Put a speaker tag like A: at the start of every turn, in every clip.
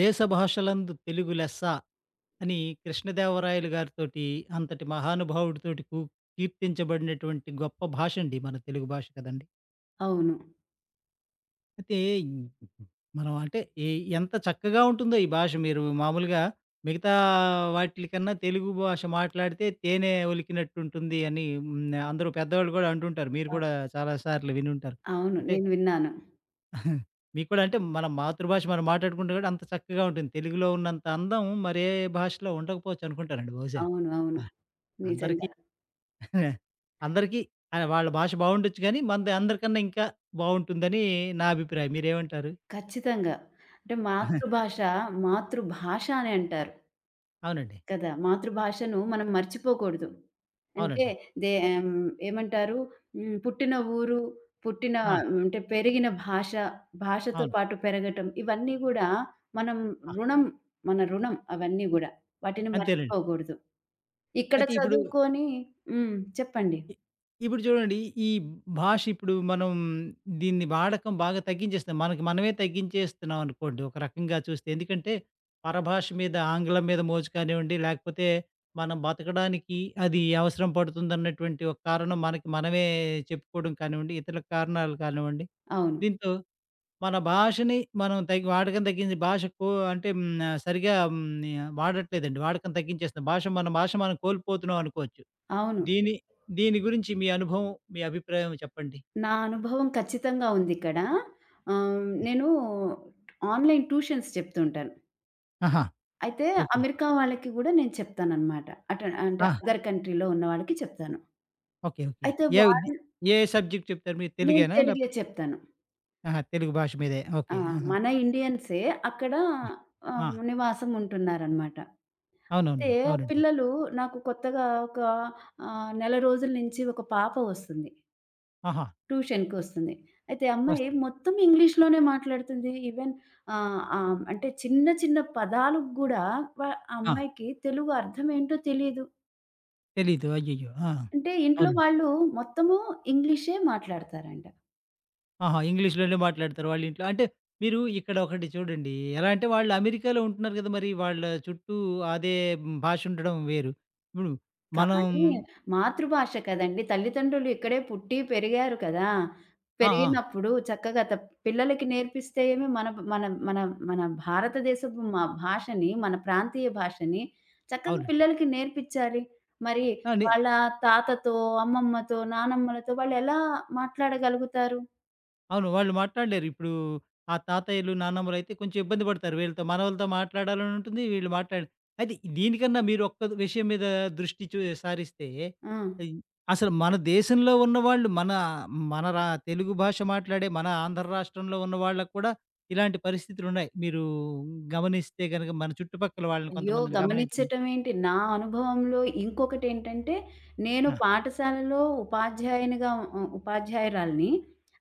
A: దేశ భాషలందు తెలుగు లెస్స అని కృష్ణదేవరాయలు గారితోటి అంతటి మహానుభావుడితోటి కీర్తించబడినటువంటి గొప్ప భాష అండి మన తెలుగు భాష కదండి.
B: అవును.
A: అయితే ఈ- మనం అంటే ఎ ఎంత చక్కగా ఉంటుందో ఈ భాష మీరు మామూలుగా మిగతా వాటిలికన్నా తెలుగు భాష మాట్లాడితే తేనె ఒలికినట్టుంటుంది అని అందరూ పెద్దవాళ్ళు కూడా అంటుంటారు. మీరు
B: అవ్
A: కూడా చాలా సార్లు వినుంటారు.
B: అవును.
A: అంటే
B: నేను విన్నాను.
A: మీకు కూడా అంటే మన మాతృభాష మనం మాట్లాడుకుంటే కూడా అంత చక్కగా ఉంటుంది. తెలుగులో ఉన్నంత అందం మరే భాషలో ఉండకపోవచ్చు అనుకుంటానండి బహుశా.
B: అవును. అవును.
A: ఆ! అందరికీ
B: నిజంగా.
A: అందరికీ వాళ్ళ భాష బావుండొచ్చు గానీ, మనది అందరికన్నా ఇంకా బావుంటుందని నా అభిప్రాయం. మీరేమంటారు?
B: ఖచ్చితంగా. అంటే మాతృభాష అని అంటారు
A: అవునండి.
B: కదా! మాతృభాషను మనం మర్చిపోకూడదు. అంటే
A: అవునండి.
B: దే ఆహ్, ఏమంటారు? హ్మ్. పుట్టిన ఊరు, పుట్టిన
A: ఆ!
B: అంటే పెరిగిన భాష, భాషతో
A: అవును.
B: పాటు పెరగటం ఇవన్నీ గూడా మనం
A: ఆ!
B: రుణం, మన రుణం అవన్నీ గూడా. వాటిని
A: అంతేనండి.
B: మర్చిపోకూడదు. ఇక్కడ
A: అయితే ఇప్పుడు
B: చదువుకొని హ్మ్. చెప్పండి.
A: ఇ ఇప్పుడు చూడండి. ఈ భాష ఇప్పుడు మనం దీన్ని వాడకం బాగా తగ్గించేస్తున్నాం. మనకి మనమే తగ్గించేస్తున్నాం అనుకోండి ఒక రకంగా చూస్తే. ఎందుకంటే పరభాష మీద ఆంగ్లం మీద మోజు కానివ్వండి, లేకపోతే మనం బతకడానికి అది అవసరం పడుతుందన్నటువంటి ఒక కారణం మనకి మనమే చెప్పుకోవడం కానివ్వండి, ఇతర కారణాలు కానివ్వండి.
B: అవును.
A: దీంతో మన భాషని మనం వాడకం తగ్గించి భాషకు అంటే సరిగ్గా వాడట్లేదండి. వాడకం తగ్గించేస్తున్నాం. భాష మన భాష మనం కోల్పోతున్నాం అనుకోవచ్చు.
B: అవును.
A: దీని దీని గురించి మీ అనుభవం, మీ అభిప్రాయం చెప్పండి?
B: నా అనుభవం ఖచ్చితంగా ఉందిక్కడ. ఆహ్, నేను ఆన్‌లైన్ ట్యూషన్స్ చెప్తుంటాను.
A: ఆహా!
B: అయితే
A: ఓకే.
B: అమెరికా వాళ్ళకి గూడా నేను చెప్తాననమాట. అంటే
A: ఆ!
B: అదర్ కంట్రీలో ఉన్న వాళ్ళకి చెప్తాను.
A: ఓకే. ఓకే.
B: అయితే
A: ఏ ది
B: వాళ్ళు
A: ఏ సబ్జెక్ట్ చెప్తారు మీరు?
B: నేను
A: తెలుగేనా?
B: తెలుగే
A: లేకపోతే
B: చెప్తాను.
A: ఆహా! తెలుగు భాష మీదే.
B: ఆ!
A: ఓకే. ఆహా!
B: మన ఇండియన్సే అక్కడ
A: ఆ!
B: నివాసం ఉంటున్నారనమాట. అయితే
A: అవునండి. అవునండి.
B: పిల్లలు నాకు కొత్తగా ఒక నెల రోజుల నుంచి ఒక పాప వస్తుంది.
A: ఆహా!
B: ట్యూషన్‌కొస్తుంది. అయితే అమ్మాయి
A: వస్తుంది.
B: మొత్తం ఇంగ్లీష్‌లోనే మాట్లాడుతుంది. ఈవెన్ ఆహ్, ఆహ్, అంటే చిన్న చిన్న పదాలకు గూడా వ ఆ
A: ఆ!
B: అమ్మాయికి తెలుగు అర్థం ఏంటో తెలీదు.
A: తెలీదు. అయ్యయ్యో! ఆ!
B: అంటే ఇంట్లో
A: అవునండి.
B: వాళ్ళు మొత్తము ఇంగ్లీషే మాట్లాడతారంట.
A: ఆహా! ఇంగ్లీష్‌లోనే మాట్లాడతారు వాళ్ళ ఇంట్లో. అంటే మీరు ఇక్కడ ఒకటి చూడండి. ఎలా అంటే వాళ్ళు అమెరికాలో ఉంటున్నారు కదా! మరి వాళ్ళ చుట్టూ అదే భాష ఉండడం వేరు. ఇప్పుడు మనం
B: కానీ మాతృభాష కదండీ! తల్లిదండ్రులు ఇక్కడే పుట్టి పెరిగారు కదా!
A: ఆ! ఆ!
B: పెరిగినప్పుడు చక్కగా పిల్లలకి నేర్పిస్తే ఏమి మన మన మన మన భారతదేశపు భాషని, మన ప్రాంతీయ భాషని చక్కగా
A: అవునండి.
B: పిల్లలకి నేర్పించాలి. మరి
A: ఆ!
B: వాళ్ళ తాతతో, అమ్మమ్మతో, నానమ్మలతో వాళ్ళెలా మాట్లాడగలుగుతారు?
A: అవును. వాళ్ళు మాట్లాడలేరు. ఇప్పుడు ఆ తాతయ్యలు, నానమ్మలైతే కొంచెం ఇబ్బంది పడతారు. వీళ్ళతో మనవలతో మాట్లాడాలని ఉంటుంది. వీళ్ళు మాట్లాడ అయితే దీనికన్నా మీరు ఒక్క విషయం మీద దృష్టి సారిస్తే
B: ఆ!
A: ఈ అసలు మన దేశంలో ఉన్నవాళ్ళు మన మన రా తెలుగు భాష మాట్లాడే మన ఆంధ్ర రాష్ట్రంలో ఉన్న వాళ్ళకి కూడా ఇలాంటి పరిస్థితులున్నాయి. మీరు గమనిస్తే గనక మన చుట్టుపక్కల వాళ్ళని
B: అయ్యో!
A: కొంతమందిని గమనించండి.
B: గమనిచ్చటం ఏంటి, నా అనుభవంలో ఇంకొకటేంటంటే, నేను
A: ఆ!
B: పాఠశాలలో ఉపాధ్యాయునిగా ఉపాధ్యాయురాలిని.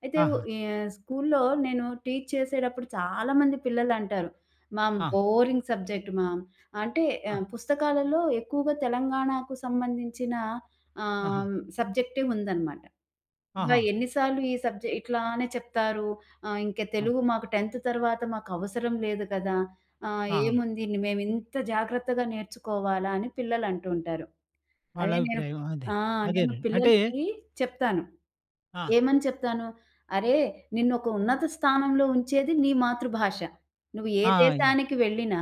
B: అయితే
A: ఆహా!
B: ఈ స్కూల్లో నేను టీచ్ చేసేటప్పుడు చాలామంది పిల్లలంటారు, "మామ్
A: ఆ!
B: Boring subject mom." అంటే
A: ఆ!
B: పుస్తకాలలో ఎక్కువగా తెలంగాణకు సంబంధించిన
A: ఆహా!
B: ఆహ్, సబ్జెక్టే ఉందనమాట. అబ్బా!
A: ఆహా!
B: ఎన్ని సార్లు ఈ సబ్జెక్ట్ ఇట్లానే చెప్తారు. ఇంక
A: అవును.
B: తెలుగు మాకు 10థ్ తర్వాత మాకు అవసరం లేదు కదా! ఆ!
A: ఆహా!
B: ఏముంది మేమింత జాగ్రత్తగా నేర్చుకోవాలా అని పిల్లలంటూ ఉంటారు.
A: వాళ్ళ
B: అదే నేను
A: అభిప్రాయం అదే.
B: ఆ! నేను
A: అదేనండి. అంటే
B: పిల్లలకి చెప్తాను.
A: ఆ!
B: ఏమని చెప్తాను? "అరే! నిన్నొక ఉన్నత స్థానంలో ఉంచేది నీ మాతృభాష. నువ్వు ఏ
A: ఆ! ఈ
B: దేశానికి వెళ్ళినా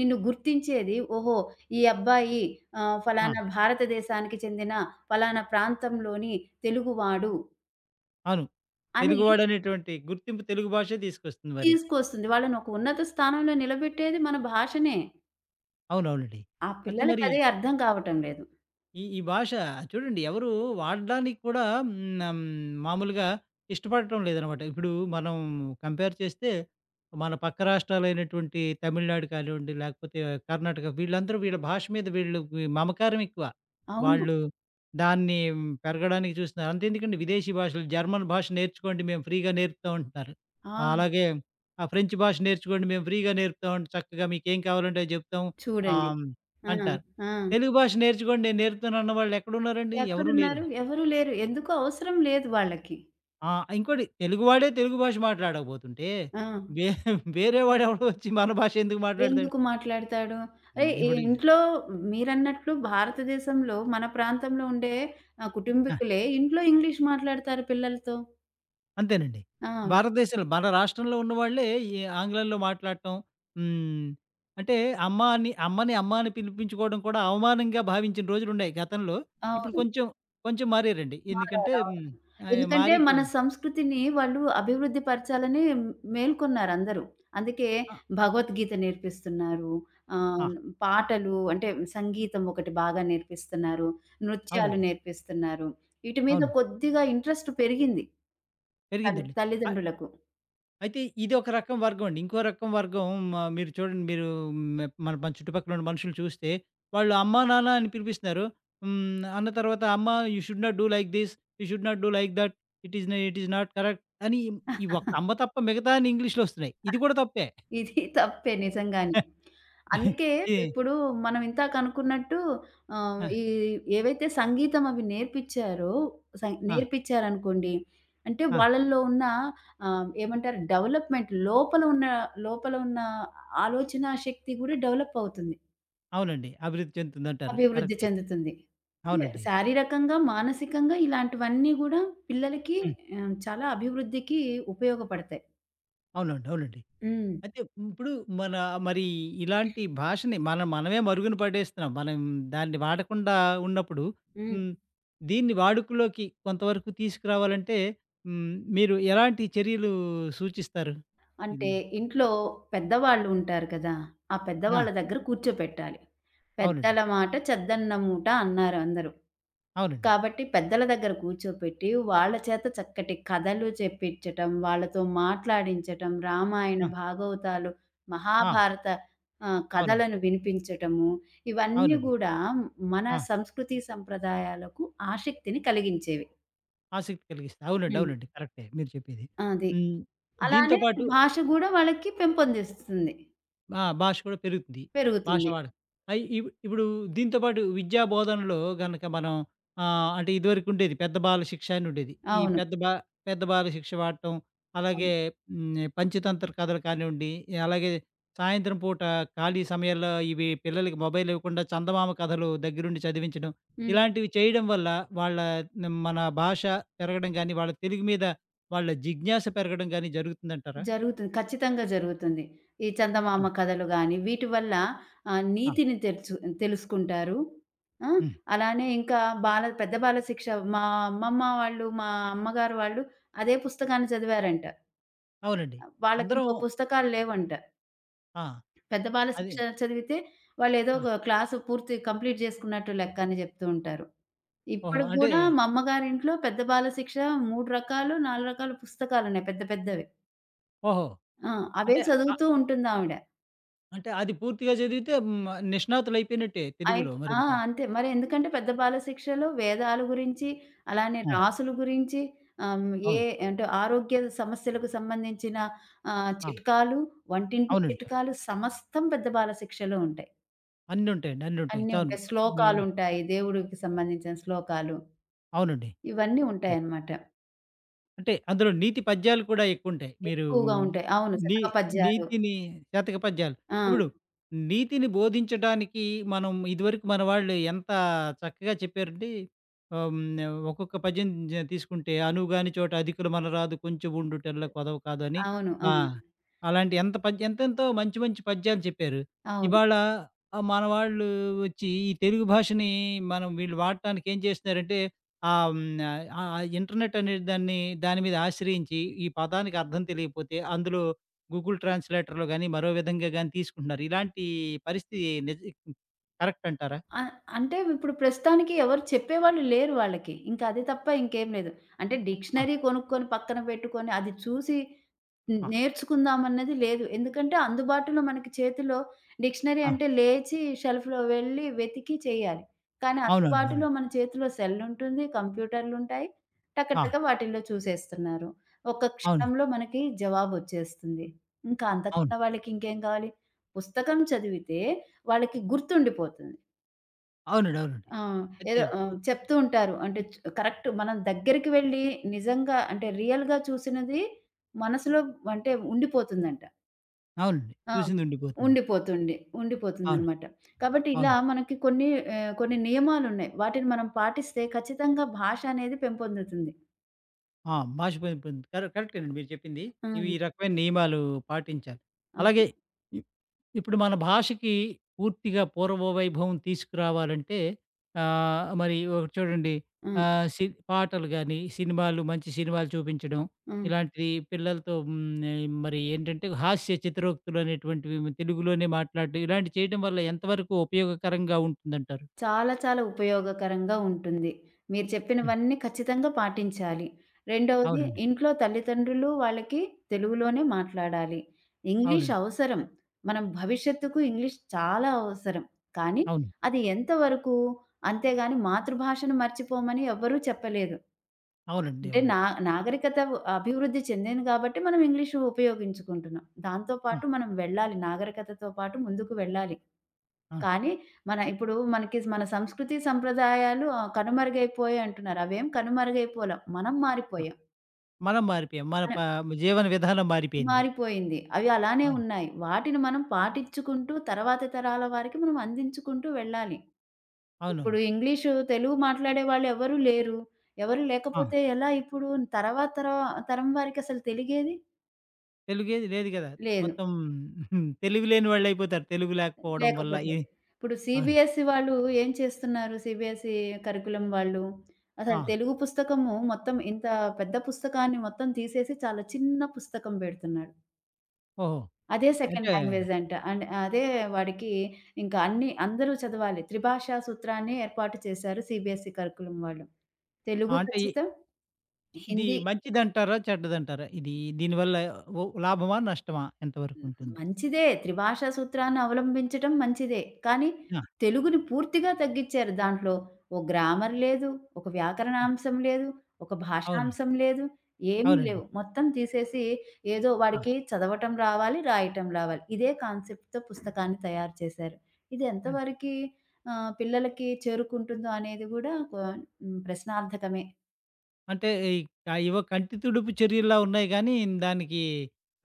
B: నిన్ను గుర్తించేది, ఓహో! ఈ అబ్బాయి
A: ఆ!
B: ఫలానా భారతదేశానికి చెందిన ఫలానా ప్రాంతంలోని తెలుగువాడు"
A: అవును.
B: అని
A: తెలుగువాడనేటువంటి గుర్తింపు తెలుగు భాషే తీసుకొస్తుంది మరి.
B: తీసుకొస్తుంది. వాళ్ళని ఒక ఉన్నత స్థానంలో నిలబెట్టేది మన భాషనే.
A: అవునవునండి.
B: ఆ
A: అయితే మరి
B: పిల్లలకదే అర్థం కావటం లేదు.
A: ఈ ఈ భాష చూడండి ఎవరు వాడడానికి కూడా మామూలుగా ఇష్టపడటం లేదనమాట. ఇప్పుడు మనం కంపేర్ చేస్తే మన పక్క రాష్ట్రాలైనటువంటి తమిళనాడు కానివ్వండి, లేకపోతే కర్ణాటక వీళ్ళందరూ వీళ్ళ భాష మీద వీళ్ళకి మమకారం ఎక్కువ.
B: అవును.
A: వాళ్ళు దాన్ని పెరగడానికి చూస్తున్నారు. అంతెందుకండి విదేశీ భాషలు జర్మన్ భాష నేర్చుకోండి మేము ఫ్రీగా నేర్పుతాం అంటున్నారు.
B: ఆ!
A: అలాగే ఆ ఫ్రెంచ్ భాష నేర్చుకోండి మేము ఫ్రీగా నేర్పుతాం చక్కగా మీకేం కావాలంటే అది చెప్తాం
B: చూడండి.
A: ఆహ్,
B: ఆ!
A: అంటారు.
B: ఆ!
A: తెలుగు భాష నేర్చుకోండి నేను నేర్పుతాను అన్న వాళ్ళు ఎక్కడున్నారండి? ఎవరూ లేరు.
B: ఎక్కడున్నారు? ఎవరు లేరు. ఎందుకు అవసరం లేదు వాళ్ళకి.
A: ఆ! ఇంకోటి తెలుగువాడే తెలుగు భాష మాట్లాడకపోతుంటే,
B: ఆ!
A: వే వేరే వాడెవడో వచ్చి మన భాష ఎందుకు మాట్లాడతాడు?
B: ఎందుకు మాట్లాడతాడు? అరేయ్! ఈ
A: ఇప్పుడు
B: ఇంట్లో మీరన్నట్లు భారతదేశంలో మన ప్రాంతంలో ఉండే
A: ఆ!
B: కుటుంబీకులే ఇంట్లో ఇంగ్లీష్ మాట్లాడతారు పిల్లలతో.
A: అంతేనండి.
B: ఆ!
A: భారతదేశంలో మన రాష్ట్రంలో ఉన్నవాళ్ళే ఈ ఆంగ్లంలో మాట్లాడటం హ్మ్. అంటే అమ్మ అని అమ్మని అమ్మ అని పిలిపించుకోవడం కూడా అవమానంగా భావించిన రోజులున్నాయి గతంలో. ఇప్పుడు
B: అవును.
A: కొంచెం, కొంచెం మారారండి. ఎందుకంటే
B: మారారు. అవును. ఎందుకంటే
A: మారి
B: మన
A: ఇప్పుడు
B: సంస్కృతిని వాళ్ళు అభివృద్ధి పరచాలని మేల్కొన్నారందరూ. అందుకే
A: ఆ!
B: భగవద్గీత నేర్పిస్తున్నారు.
A: ఆ!
B: ఆహ్, పాటలు అంటే సంగీతం ఒకటి బాగా నేర్పిస్తున్నారు. నృత్యాలు
A: అవునండి.
B: నేర్పిస్తున్నారు. వీటి మీద
A: అవును.
B: కొద్దిగా ఇంట్రెస్ట్ పెరిగింది తల్లి
A: పెరిగిందండి. అ
B: తల్లిదండ్రులకు.
A: అయితే ఇది ఒక రకం వర్గం అండి. ఇంకో రకం వర్గం మీరు చూడండి మీరు మన మన చుట్టుపక్కల ఉన్న మనుషులు చూస్తే వాళ్ళు అమ్మా, నాన్న అని పిలిపిస్తున్నారు. అన్న తర్వాత అమ్మ you should not do like this. You should not do like that. It is not correct అని ఈ ఒక్క అమ్మ తప్ప మిగతా అన్ని ఇంగ్లీష్‌లో వస్తున్నాయి. ఇది కూడా తప్పే.
B: ఇది తప్పే నిజంగానే. అందుకే
A: ఇది
B: ఇప్పుడు మనం ఇందాక అనుకున్నట్టు ఆహ్,
A: ఆ!
B: ఈ ఏవైతే సంగీతం అవి నేర్పిచ్చారో
A: ఆ!
B: నేర్పిచ్చారనుకోండి. అంటే
A: ఆ!
B: వాళ్ళల్లో ఉన్న ఏమంటారు డెవలప్‌మెంట్ లోపల ఉన్న ఆలోచనా శక్తి కూడా డెవలప్ అవుతుంది.
A: అవునండి. అభివృద్ధి చెందుతుందంటారు.
B: అభివృద్ధి
A: కరెక్టే.
B: చెందుతుంది. అంటే
A: అవునండి.
B: శారీరకంగా, మానసికంగా ఇలాంటివన్నీ గూడా పిల్లలకి
A: హ్మ్.
B: చాలా అభివృద్ధికి ఉపయోగపడతాయి.
A: అవునండి. అవునండి.
B: హ్మ్.
A: అయితే ఇప్పుడు మన మరి ఇలాంటి భాషని మనం మనమే మరుగున పడేస్తున్నాం. మనం దాన్ని వాడకుండా ఉన్నప్పుడు
B: హ్మ్.
A: హ్మ్. దీన్ని వాడుకలోకి కొంతవరకు తీసుకురావాలంటే హ్మ్. మీరు ఎలాంటి చర్యలు సూచిస్తారు?
B: అంటే
A: హ్మ్.
B: ఇంట్లో పెద్దవాళ్ళు ఉంటారు కదా! ఆ
A: ఆ!
B: పెద్దవాళ్ళ దగ్గర కూర్చోపెట్టాలి.
A: అవునండి.
B: పెద్దల మాట చెద్దన్న మూట అన్నారు అందరూ.
A: అవునండి.
B: కాబట్టి పెద్దల దగ్గర కూర్చోపెట్టి, వాళ్ళ చేత చక్కటి కథలు చెప్పించటం, వాళ్ళతో మాట్లాడించటం, రామాయణ,
A: ఆ!
B: భాగవతాలు,
A: ఆ!
B: మహాభారత
A: అవునండి.
B: కథలను వినిపించటము, ఇవన్నీ
A: అవునండి.
B: గూడా మన
A: ఆ!
B: సంస్కృతి సంప్రదాయాలకు ఆసక్తిని కలిగించేవి.
A: ఆసక్తి కలిగిస్తుంది. అవునండి.
B: హ్మ్.
A: అవునండి. కరెక్టే మీరు చెప్పేది.
B: అది.
A: హ్మ్. దీంతో
B: అలానే
A: పాటు
B: భాష గూడా వాళ్ళకి పెంపొందిస్తుంది.
A: ఆ! భాష కూడా పెరుగుతుంది. భాష
B: పెరుగుతుంది.
A: వాడ అయి ఇప్పుడు దీంతో పాటు విద్యా బోధనలో గనక మనం అంటే ఇదివరకుండేది పెద్ద బాల శిక్ష అని ఉండేది. ఈ
B: అవును.
A: పెద్ద బాల శిక్ష వాడటం, అలాగే
B: అవును.
A: పంచతంత్ర కథలు కానివ్వండి, అలాగే సాయంత్రం పూట ఖాళీ సమయాల్లో ఇవి పిల్లలకి మొబైల్ ఇవ్వకుండా చందమామ కథలు దగ్గరుండి చదివించడం,
B: హ్మ్.
A: ఇలాంటివి చేయడం వల్ల వాళ్ళ మన భాష పెరగడం గానీ, వాళ్ళ తెలుగు మీద వాళ్ళ జిజ్ఞాస పెరగడం గానీ జరుగుతుందంటారా?
B: జరుగుతుంది. ఖచ్చితంగా జరుగుతుంది. ఈ చందమామ
A: అవును.
B: కథలు గాని, వీటి వల్ల
A: ఆ!
B: నీతిని తెలుసుకుంటారు. ఆ!
A: హ్మ్.
B: అలానే ఇంకా పెద్ద బాలశిక్ష మా అమ్మమ్మ వాళ్ళు, మా అమ్మగారు వాళ్ళు అదే పుస్తకాన్ని చదివారంట.
A: అవునండి. అందరం
B: వాళ్ళకింకా పుస్తకాలు లేవంట.
A: ఆ!
B: పెద్ద బాలశిక్ష
A: అది.
B: చదివితే వాళ్ళేదో
A: ఆ!
B: ఒక క్లాసు పూర్తి కంప్లీట్ చేసుకున్నట్టు లెక్క అని చెప్తూ ఉంటారు.
A: ఓహో!
B: ఇప్పటికి
A: అంటే
B: గూడా మా అమ్మగారింట్లో పెద్ద బాలశిక్ష 3 రకాలు, 4 రకాల పుస్తకాలున్నాయి పెద్ద పెద్దవి.
A: ఓహో!
B: ఆ! అవే
A: అంటే ఆహ్,
B: చదువుతూ ఉంటుందావిడ.
A: అంటే అది పూర్తిగా చదివితే నిష్ణాతులైపోయినట్టే తెలుగులో
B: ఆ!
A: మరింకా.
B: అంతే. మరెందుకంటే పెద్ద బాలశిక్షలో వేదాల గురించి, అలానే
A: ఆ!
B: రాసుల గురించి, ఆహ్, హ్మ్, ఏ
A: అవును.
B: అంటే ఆరోగ్య సమస్యలకు సంబంధించిన
A: ఆ!
B: చిట్కాలు, వంటింటి
A: అవునండి.
B: చిట్కాలు సమస్తం పెద్ద బాలశిక్షలో ఉంటాయి.
A: అన్నుంటాయండి. అన్నుంటాయి.
B: అన్నీ
A: చాలు.
B: ఉంటాయి.
A: మీ
B: శ్లోకాలుంటాయి. దేవుడికి సంబంధించిన శ్లోకాలు.
A: అవునండి.
B: ఇవన్నీ ఉంటాయన్నమాట.
A: అంటే అందులో నీతి పద్యాలు కూడా ఎక్కువుంటాయి. మీరు
B: ఎక్కువగా ఉంటాయి. అవును.
A: నీ
B: శతకపద్యాలు.
A: నీతిని శతక పద్యాలు.
B: ఆ!
A: ఇప్పుడు నీతిని బోధించడానికి మనం ఇదివరకు మన వాళ్ళు ఎంత చక్కగా చెప్పారంటే ఆహ్, హ్మ్, ఒక్కొక్క పద్యం తీసుకుంటే "అనువుగాని చోట అధికులు మనరాదు కొంచెముండుటల్ల కొదవ కాదు" అని
B: అవును.
A: ఆ!
B: అవును.
A: అలాంటి ఎంతెంతో మంచి మంచి పద్యాలు చెప్పారు.
B: అవును.
A: ఇవాళ మన వాళ్ళు వచ్చి ఈ తెలుగు భాషని మనం వీళ్ళు వాడటానికి ఏం చేస్తున్నారంటే ఆ! ఆ ఇంటర్నెట్ అనే దాన్ని దాని మీద ఆశ్రయించి ఈ పదానికి అర్థం తెలియకపోతే అందులో గూగుల్ ట్రాన్స్‌లేటర్‌లో గాని, మరో విధంగా గాని తీసుకుంటున్నారు. ఇలాంటి పరిస్థితి నిజ కరెక్ట్ అంటారా?
B: ఆ! అంటే ఇప్పుడు ప్రస్తుతానికి ఎవరు చెప్పేవాళ్ళు లేరు వాళ్ళకి. ఇంకా అది తప్ప ఇంకేం లేదు. అంటే
A: ఆ!
B: డిక్షనరీ కొనుక్కొని పక్కన పెట్టుకొని అది చూసి
A: ఆ!
B: నేర్చుకుందామన్నది లేదు. ఎందుకంటే అందుబాటులో మనకి చేతిలో డిక్షనరీ
A: ఆ!
B: అంటే లేచి షెల్ఫ్‌లో వెళ్లి వెతికి చేయాలి. కానీ
A: అవునండి.
B: అందుబాటులో
A: అవునండి.
B: మన చేతిలో సెల్ ఉంటుంది, కంప్యూటర్లుంటాయి.
A: ఆ!
B: టకటక వాటిల్లో చూసేస్తున్నారు. ఒక్క
A: అవును.
B: క్షణంలో మనకి జవాబొచ్చేస్తుంది. ఇంకా
A: అవును.
B: అంతకన్నా వాళ్ళకి ఇంకేం కావాలి? పుస్తకం చదివితే వాళ్ళకి గుర్తుండిపోతుంది.
A: అవునండి. అవునండి.
B: ఆ!
A: అయితే
B: ఏదో చెప్తూ ఉంటారు. అంటే కరెక్ట్ మనం దగ్గరికి వెళ్లి నిజంగా అంటే రియల్‌గా చూసినది మనసులో అంటే ఉండిపోతుందంట.
A: అవునండి.
B: ఆ!
A: చూసింది ఉండిపోతుంది.
B: ఉండిపోతుంది.
A: అవును.
B: ఉండిపోతుందనమాట. కాబట్టి ఇలా
A: అవును.
B: మనకి కొన్ని కొన్ని నియమాలున్నాయి. వాటిని మనం పాటిస్తే ఖచ్చితంగా భాష అనేది పెంపొందుతుంది.
A: ఆ! మాసిపోయిన పోయింది. కరెక్టేనండి మీరు చెప్పింది. ఇవి
B: హ్మ్.
A: ఈ రకమైన నియమాలు పాటించాలి. అలాగే
B: అవును.
A: ఇ ఇప్పుడు మన భాషకి పూర్తిగా పూర్వవైభవం తీసుకురావాలంటే మరి ఒకటి చూడండి
B: హ్మ్.
A: ఆహ్, సి పాటలు గాని, సినిమాలు మంచి సినిమాలు చూపించడం,
B: హ్మ్.
A: ఇలాంటివి పిల్లలతో మరి ఏంటంటే హాస్య చిత్రోక్తులు అనేటువంటివి తెలుగులోనే మాట్లాడడం ఇలాంటివి చేయడం వల్ల ఎంతవరకు ఉపయోగకరంగా ఉంటుందంటారు?
B: చాలా చాలా ఉపయోగకరంగా ఉంటుంది. మీరు
A: హ్మ్.
B: చెప్పినవన్నీ ఖచ్చితంగా పాటించాలి. రెండవది
A: అవునండి.
B: ఇంట్లో తల్లిదండ్రులు వాళ్ళకి తెలుగులోనే మాట్లాడాలి. ఇంగ్లీష్
A: అవునండి. అవును.
B: అవసరం. మనం భవిష్యత్తుకు ఇంగ్లీష్ చాలా అవసరం. కానీ
A: అవును.
B: అది ఎంతవరకు? అంతేగాని మాతృభాషను మర్చిపోమని ఎవ్వరూ చెప్పలేదు.
A: అవునండి.
B: అంటే
A: అవునండి.
B: నాగరికత అభివృద్ధి చెందింది కాబట్టి మనం ఇంగ్లీషు ఉపయోగించుకుంటున్నాం. దాంతో
A: ఆ!
B: పాటు మనం వెళ్ళాలి. నాగరికతతో పాటు ముందుకు వెళ్ళాలి.
A: ఆ!
B: కానీ ఇప్పుడు మనకి మన సంస్కృతి, సంప్రదాయాలు కనుమరుగైపోయాయి అంటున్నారు. అవేం కనుమరుగైపోల. మనం
A: ఆ!
B: మారిపోయాం.
A: మనం మారిపోయాం. మన ప
B: మనం
A: జీవన విధానం మారిపోయింది.
B: మారిపోయింది. అవి అలానే
A: అవును.
B: ఉన్నాయి. వాటిని మనం పాటించుకుంటూ తర్వాతి తరాల వారికి మనం అందించుకుంటూ వెళ్ళాలి. ఇప్పుడు
A: అవునవును.
B: ఇంగ్లీషు, తెలుగు మాట్లాడే వాళ్ళు ఎవరు లేరు. ఎవరు
A: ఆ!
B: లేకపోతే ఎలా ఇప్పుడు తర్వాత తరం వారికి అసలు తెలిగేది
A: తెలుగేది లేదు గదా!
B: లేదు.
A: మొత్తం తెలివి లేని వాళ్ళయిపోతారు. తెలుగు లేకపోవడం వల్ల.
B: లేకపోతే. ఇప్పుడు
A: అవును.
B: సీబీఎస్‌ఈ వాళ్ళు ఏం చేస్తున్నారు? సీబీఎస్‌ఈ కరిక్యులమ్ వాళ్ళు. అసలు
A: ఆ!
B: తెలుగు పుస్తకము మొత్తం ఇంత పెద్ద పుస్తకాన్ని మొత్తం తీసేసి చాలా చిన్న పుస్తకం పెడుతున్నాడు.
A: ఓహో!
B: అదే సెకండ్
A: అంటే
B: లాంగ్వేజ్ అంట. అండ్ అదే వాడికి ఇంకా అన్ని అందరూ చదవాలి. త్రిభాషా సూత్రాన్ని ఏర్పాటు చేశారు సీబీఎస్‌ఈ కరిక్యులమ్ వాళ్ళు.
A: ఆ!
B: తెలుగు
A: అంటే
B: ఖచ్చితం,
A: ఇది
B: హిందీ
A: మంచిదంటారా? చెడ్డదంటారా? ఇది దీనివల్ల ఓ లాభమా? నష్టమా?
B: హ్మ్.
A: ఎంతవరకుంటుంది?
B: మంచిదే. త్రిభాషా సూత్రాన్ని అవలంబించటం మంచిదే. కానీ
A: ఆ!
B: తెలుగుని పూర్తిగా తగ్గిచ్చారు దాంట్లో. ఓ గ్రామర్ లేదు. ఒక వ్యాకరణాంశం లేదు. ఒక
A: అవునండి.
B: భాషాంశం లేదు. ఏమీ లేవు.
A: అవునండి.
B: మొత్తం తీసేసి ఏదో వాడికి చదవటం రావాలి, రాయటం రావాలి. ఇదే కాన్సెప్ట్‌తో పుస్తకాన్ని తయారు చేశారు. ఇది
A: ఆ!
B: ఎంతవరకి పిల్లలకి చేరుకుంటుందో అనేది గూడా కొ హ్మ్. ప్రశ్నార్థకమే
A: అంటే ఈ క ఏవో కంటి తుడుపు చర్యల్లా ఉన్నాయి గానీ, దానికి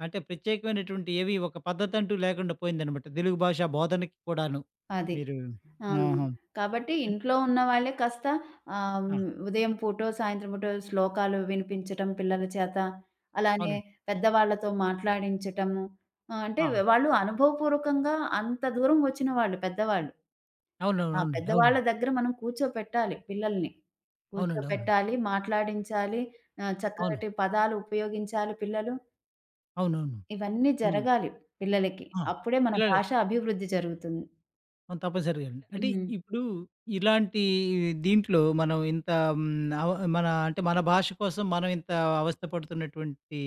A: అంటే ప్రత్యేకమైనటువంటి ఏవి ఒక పద్ధతంటూ లేకుండా పోయిందనమాట. తెలుగు భాష బోధనకి కూడాను.
B: అది.
A: మీరు
B: ఆ!
A: ఆహా!
B: కాబట్టి
A: అన్
B: ఇంట్లో ఉన్న వాళ్ళే కాస్త
A: ఆ!
B: ఉదయం పూటో, సాయంత్రం పూటో శ్లోకాలు వినిపించటం పిల్లల చేత, అలానే
A: అవునండి.
B: పెద్దవాళ్ళతో మాట్లాడించటము. అంటే
A: ఆ!
B: వాళ్ళు అనుభవపూర్వకంగా అంత దూరం వచ్చిన వాళ్ళు పెద్దవాళ్ళు.
A: అవునవును.
B: ఆ
A: అవునండి.
B: పెద్దవాళ్ళ
A: అవునండి.
B: దగ్గర మనం కూర్చోపెట్టాలి పిల్లల్ని.
A: అవునండి. అవునండి.
B: కూర్చోపెట్టాలి, మాట్లాడించాలి,
A: అవును.
B: చక్కటి పదాలు ఉపయోగించాలి పిల్లలు.
A: అవునవును.
B: ఇవన్నీ
A: హ్మ్.
B: జరగాలి పిల్లలకి.
A: ఆ!
B: అప్పుడే మన
A: పిల్లలు
B: భాష అభివృద్ధి జరుగుతుంది.
A: ఆ! తప్పనిసరిగా అండి. అంటే
B: హ్మ్.
A: ఇప్పుడు ఇలాంటి దీంట్లో మనం ఇంత హ్మ్, అవ మన అంటే మన భాష కోసం మనం ఇంత అవస్థ పడుతున్నటువంటి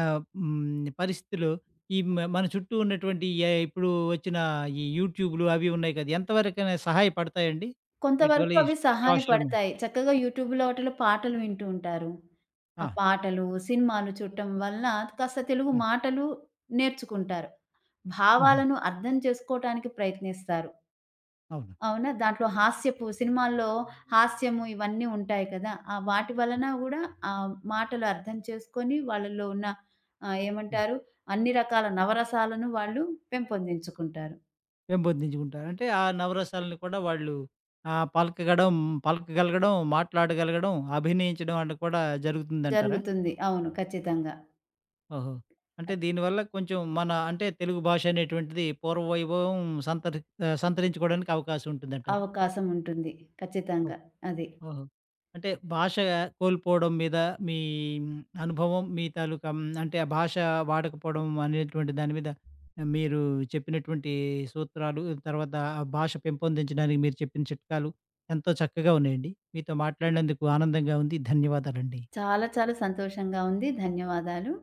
A: పరిస్థితిలో ఈ మన చుట్టూ ఉన్నటువంటి ఇప్పుడు వచ్చిన ఈ యూట్యూబ్‌లు అవి ఉన్నాయి కదా! ఎంతవరకైనా సహాయపడతాయండి? వీటి వల్ల
B: కొంతవరకు
A: ఈ
B: అవి
A: సోషల్ మీడియా
B: సహాయపడతాయి. చక్కగా యూట్యూబ్‌లో వాటిలో పాటలు వింటూ ఉంటారు. ఆ
A: ఆ!
B: పాటలు, సినిమాలు చూడటం వలన కాస్త తెలుగు
A: హ్మ్.
B: మాటలు నేర్చుకుంటారు.
A: హుహు.
B: భావాలను అర్థం చేసుకోటానికి ప్రయత్నిస్తారు.
A: అవును.
B: అవునా? దాంట్లో హాస్యపు సినిమాల్లో హాస్యము ఇవన్నీ ఉంటాయి కదా! ఆ వాటి వలన గూడా ఆ మాటలు అర్థం చేసుకొని వాళ్ళలో ఉన్న
A: హ్మ్.
B: ఏమంటారు? అన్ని రకాల నవరసాలను వాళ్ళు పెంపొందించుకుంటారు.
A: పెంపొందించుకుంటారు. అంటే ఆ నవరసాలను కూడా వాళ్ళు ఆహ్, పలకగడం పలకగలగడం, మాట్లాడగలగడం, అభినయించడం అలా కూడా జరుగుతుందంటారా?
B: జరుగుతుంది. అవును. ఖచ్చితంగా.
A: ఓహో! అంటే దీనివల్ల కొంచెం మన అంటే తెలుగు భాష అనేటువంటిది పూర్వ వైభవం సంతరి సంతరించుకోవడానికి అవకాశం ఉంటుందంటారు.
B: అవకాశం ఉంటుంది.
A: ఓహ్!
B: ఖచ్చితంగా. అది.
A: ఓహో! అంటే భాష కోల్పోవడం మీద మీ అనుభవం, మీ తాలూకా అంటే ఆ భాష వాడకపోవడం అనేటువంటి దాని మీద మీరు చెప్పినటువంటి సూత్రాలు, తర్వాత ఆ భాష పెంపొందించడానికి మీరు చెప్పిన చిట్కాలు ఎంతో చక్కగా ఉన్నాయండి. మీతో మాట్లాడినందుకు ఆనందంగా ఉంది. ధన్యవాదాలండి.
B: చాలా చాలా సంతోషంగా ఉంది. ధన్యవాదాలు.